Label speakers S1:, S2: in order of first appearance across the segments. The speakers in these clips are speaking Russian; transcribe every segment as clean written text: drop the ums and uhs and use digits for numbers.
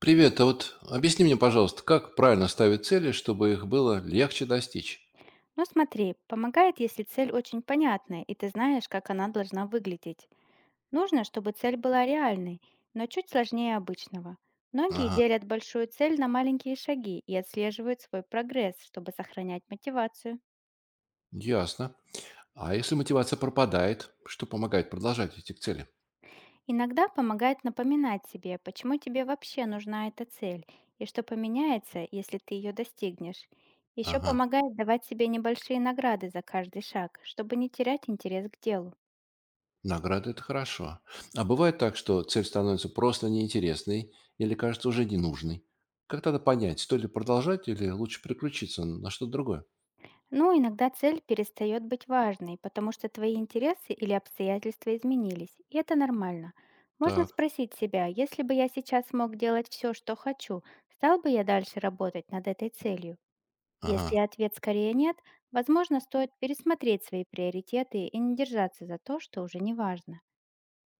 S1: Привет, а вот объясни мне, пожалуйста, как правильно ставить цели, чтобы их было легче достичь?
S2: Ну смотри, помогает, если цель очень понятная, и ты знаешь, как она должна выглядеть. Нужно, чтобы цель была реальной, но чуть сложнее обычного. Многие
S1: Ага,
S2: делят большую цель на маленькие шаги и отслеживают свой прогресс, чтобы сохранять мотивацию.
S1: ясно. А если мотивация пропадает, что помогает продолжать идти к цели?
S2: Иногда помогает напоминать себе, почему тебе вообще нужна эта цель и что поменяется, если ты ее достигнешь. Еще
S1: Ага,
S2: помогает давать себе небольшие награды за каждый шаг, чтобы не терять интерес к делу.
S1: награды– это хорошо. А бывает так, что цель становится просто неинтересной или кажется уже ненужной. Как тогда понять, стоит ли продолжать или лучше переключиться на что-то другое?
S2: Но иногда цель перестает быть важной, потому что твои интересы или обстоятельства изменились, и это нормально. Можно
S1: Так,
S2: спросить себя, если бы я сейчас мог делать все, что хочу, стал бы я дальше работать над этой целью?
S1: ага.
S2: Если ответ скорее нет, возможно, стоит пересмотреть свои приоритеты и не держаться за то, что уже не важно.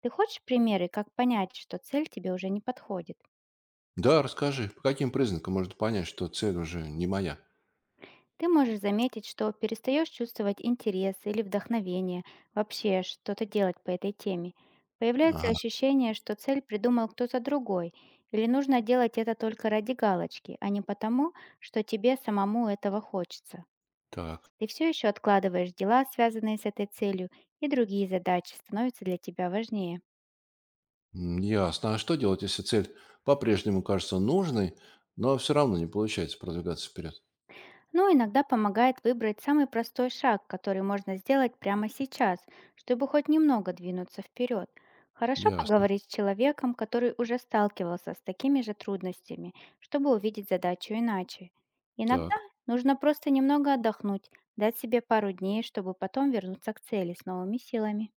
S2: Ты хочешь примеры, как понять, что цель тебе уже не подходит?
S1: Да, расскажи, по каким признакам можно понять, что цель уже не моя?
S2: Ты можешь заметить, что перестаешь чувствовать интерес или вдохновение вообще что-то делать по этой теме. Появляется
S1: Ага,
S2: ощущение, что цель придумал кто-то другой, или нужно делать это только ради галочки, а не потому, что тебе самому этого хочется.
S1: так.
S2: Ты все еще откладываешь дела, связанные с этой целью, и другие задачи становятся для тебя важнее.
S1: М, ясно. А что делать, если цель по-прежнему кажется нужной, но все равно не получается продвигаться вперед?
S2: Но иногда помогает выбрать самый простой шаг, который можно сделать прямо сейчас, чтобы хоть немного двинуться вперед. Хорошо
S1: Ясно.
S2: поговорить с человеком, который уже сталкивался с такими же трудностями, чтобы увидеть задачу иначе. Иногда
S1: Так,
S2: нужно просто немного отдохнуть, дать себе пару дней, чтобы потом вернуться к цели с новыми силами.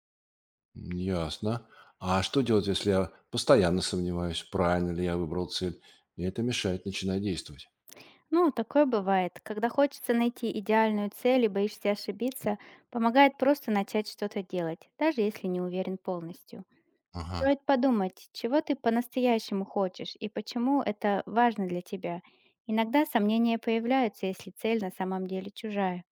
S1: м, ясно. А что делать, если я постоянно сомневаюсь, правильно ли я выбрал цель, и это мешает начинать действовать?
S2: Ну, такое бывает. Когда хочется найти идеальную цель и боишься ошибиться, помогает просто начать что-то делать, даже если не уверен полностью.
S1: Ага.
S2: Стоит подумать, чего ты по-настоящему хочешь и почему это важно для тебя. Иногда сомнения появляются, если цель на самом деле чужая.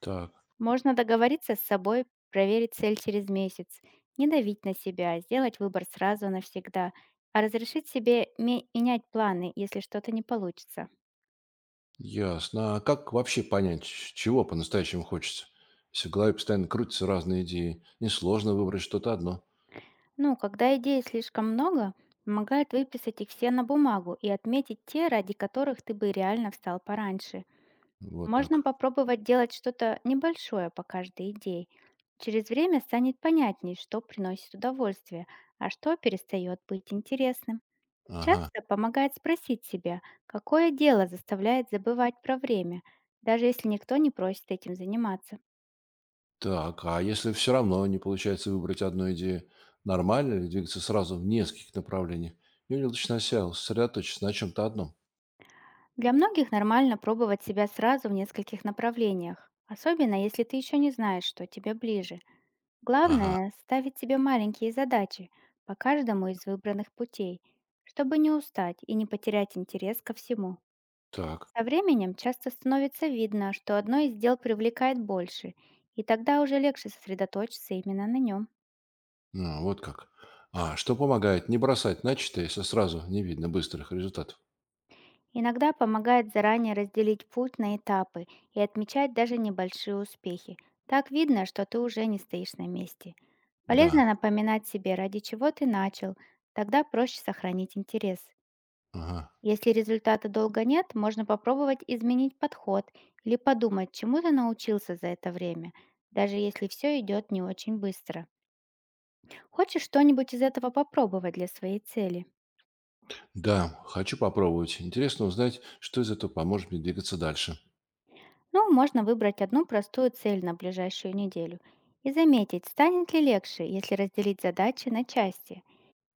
S1: Так,
S2: Можно договориться с собой, проверить цель через месяц, не давить на себя, сделать выбор сразу навсегда, а разрешить себе менять планы, если что-то не получится.
S1: ясно. А как вообще понять, чего по-настоящему хочется? Если в голове постоянно крутятся разные идеи, несложно выбрать что-то одно.
S2: Ну, когда идей слишком много, помогает выписать их все на бумагу и отметить те, ради которых ты бы реально встал пораньше.
S1: Вот
S2: Можно
S1: так.
S2: попробовать делать что-то небольшое по каждой идее. Через время станет понятней, что приносит удовольствие, а что перестает быть интересным.
S1: Ага.
S2: Часто помогает спросить себя, какое дело заставляет забывать про время, даже если никто не просит этим заниматься.
S1: Так, а если все равно не получается выбрать одну идею, нормально ли двигаться сразу в нескольких направлениях? Или лучше сначала сосредоточиться на чем-то одном?
S2: Для многих нормально пробовать себя сразу в нескольких направлениях, особенно если ты еще не знаешь, что тебе ближе.
S1: Ага,
S2: Главное — ставить себе маленькие задачи по каждому из выбранных путей, чтобы не устать и не потерять интерес ко всему.
S1: так,
S2: Со временем часто становится видно, что одно из дел привлекает больше, и тогда уже легче сосредоточиться именно на нем.
S1: ну, вот как. А что помогает не бросать начатое, если сразу не видно быстрых результатов?
S2: Иногда помогает заранее разделить путь на этапы и отмечать даже небольшие успехи. Так видно, что ты уже не стоишь на месте.
S1: Да,
S2: Полезно напоминать себе, ради чего ты начал, тогда проще сохранить интерес.
S1: ага.
S2: Если результата долго нет, можно попробовать изменить подход или подумать, чему ты научился за это время, даже если все идет не очень быстро. Хочешь что-нибудь из этого попробовать для своей цели?
S1: Да, хочу попробовать. Интересно узнать, что из этого поможет мне двигаться дальше.
S2: Ну, можно выбрать одну простую цель на ближайшую неделю и заметить, станет ли легче, если разделить задачи на части.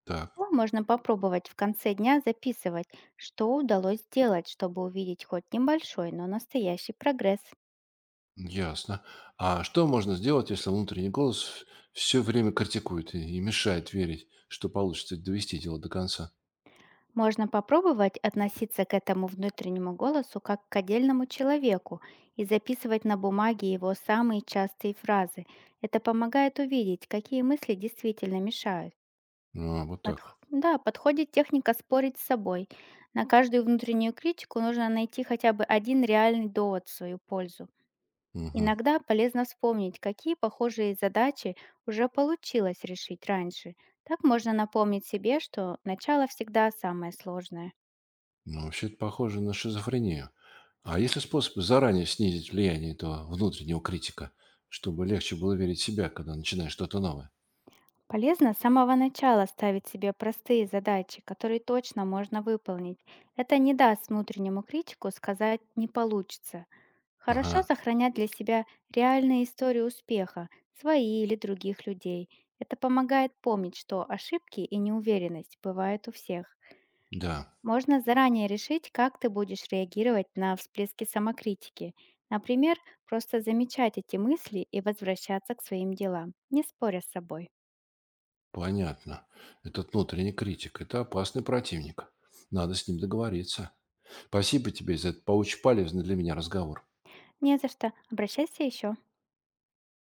S1: Так,
S2: Ну, можно попробовать в конце дня записывать, что удалось сделать, чтобы увидеть хоть небольшой, но настоящий прогресс.
S1: ясно. А что можно сделать, если внутренний голос все время критикует и мешает верить, что получится довести дело до конца?
S2: Можно попробовать относиться к этому внутреннему голосу как к отдельному человеку и записывать на бумаге его самые частые фразы. Это помогает увидеть, какие мысли действительно мешают.
S1: А, вот так.
S2: Да, подходит техника спорить с собой. На каждую внутреннюю критику нужно найти хотя бы один реальный довод в свою пользу.
S1: Мгм.
S2: Иногда полезно вспомнить, какие похожие задачи уже получилось решить раньше. Так можно напомнить себе, что начало всегда самое сложное.
S1: Ну, вообще это похоже на шизофрению. А есть ли способы заранее снизить влияние этого внутреннего критика, чтобы легче было верить в себя, когда начинаешь что-то новое?
S2: Полезно с самого начала ставить себе простые задачи, которые точно можно выполнить. Это не даст внутреннему критику сказать «не получится».
S1: Ага,
S2: Хорошо сохранять для себя реальные истории успеха, свои или других людей. Это помогает помнить, что ошибки и неуверенность бывают у всех.
S1: да,
S2: Можно заранее решить, как ты будешь реагировать на всплески самокритики. Например, просто замечать эти мысли и возвращаться к своим делам, не споря с собой.
S1: понятно. Этот внутренний критик– это опасный противник. Надо с ним договориться. Спасибо тебе за этот паучий полезный для меня разговор.
S2: Не за что. Обращайся еще.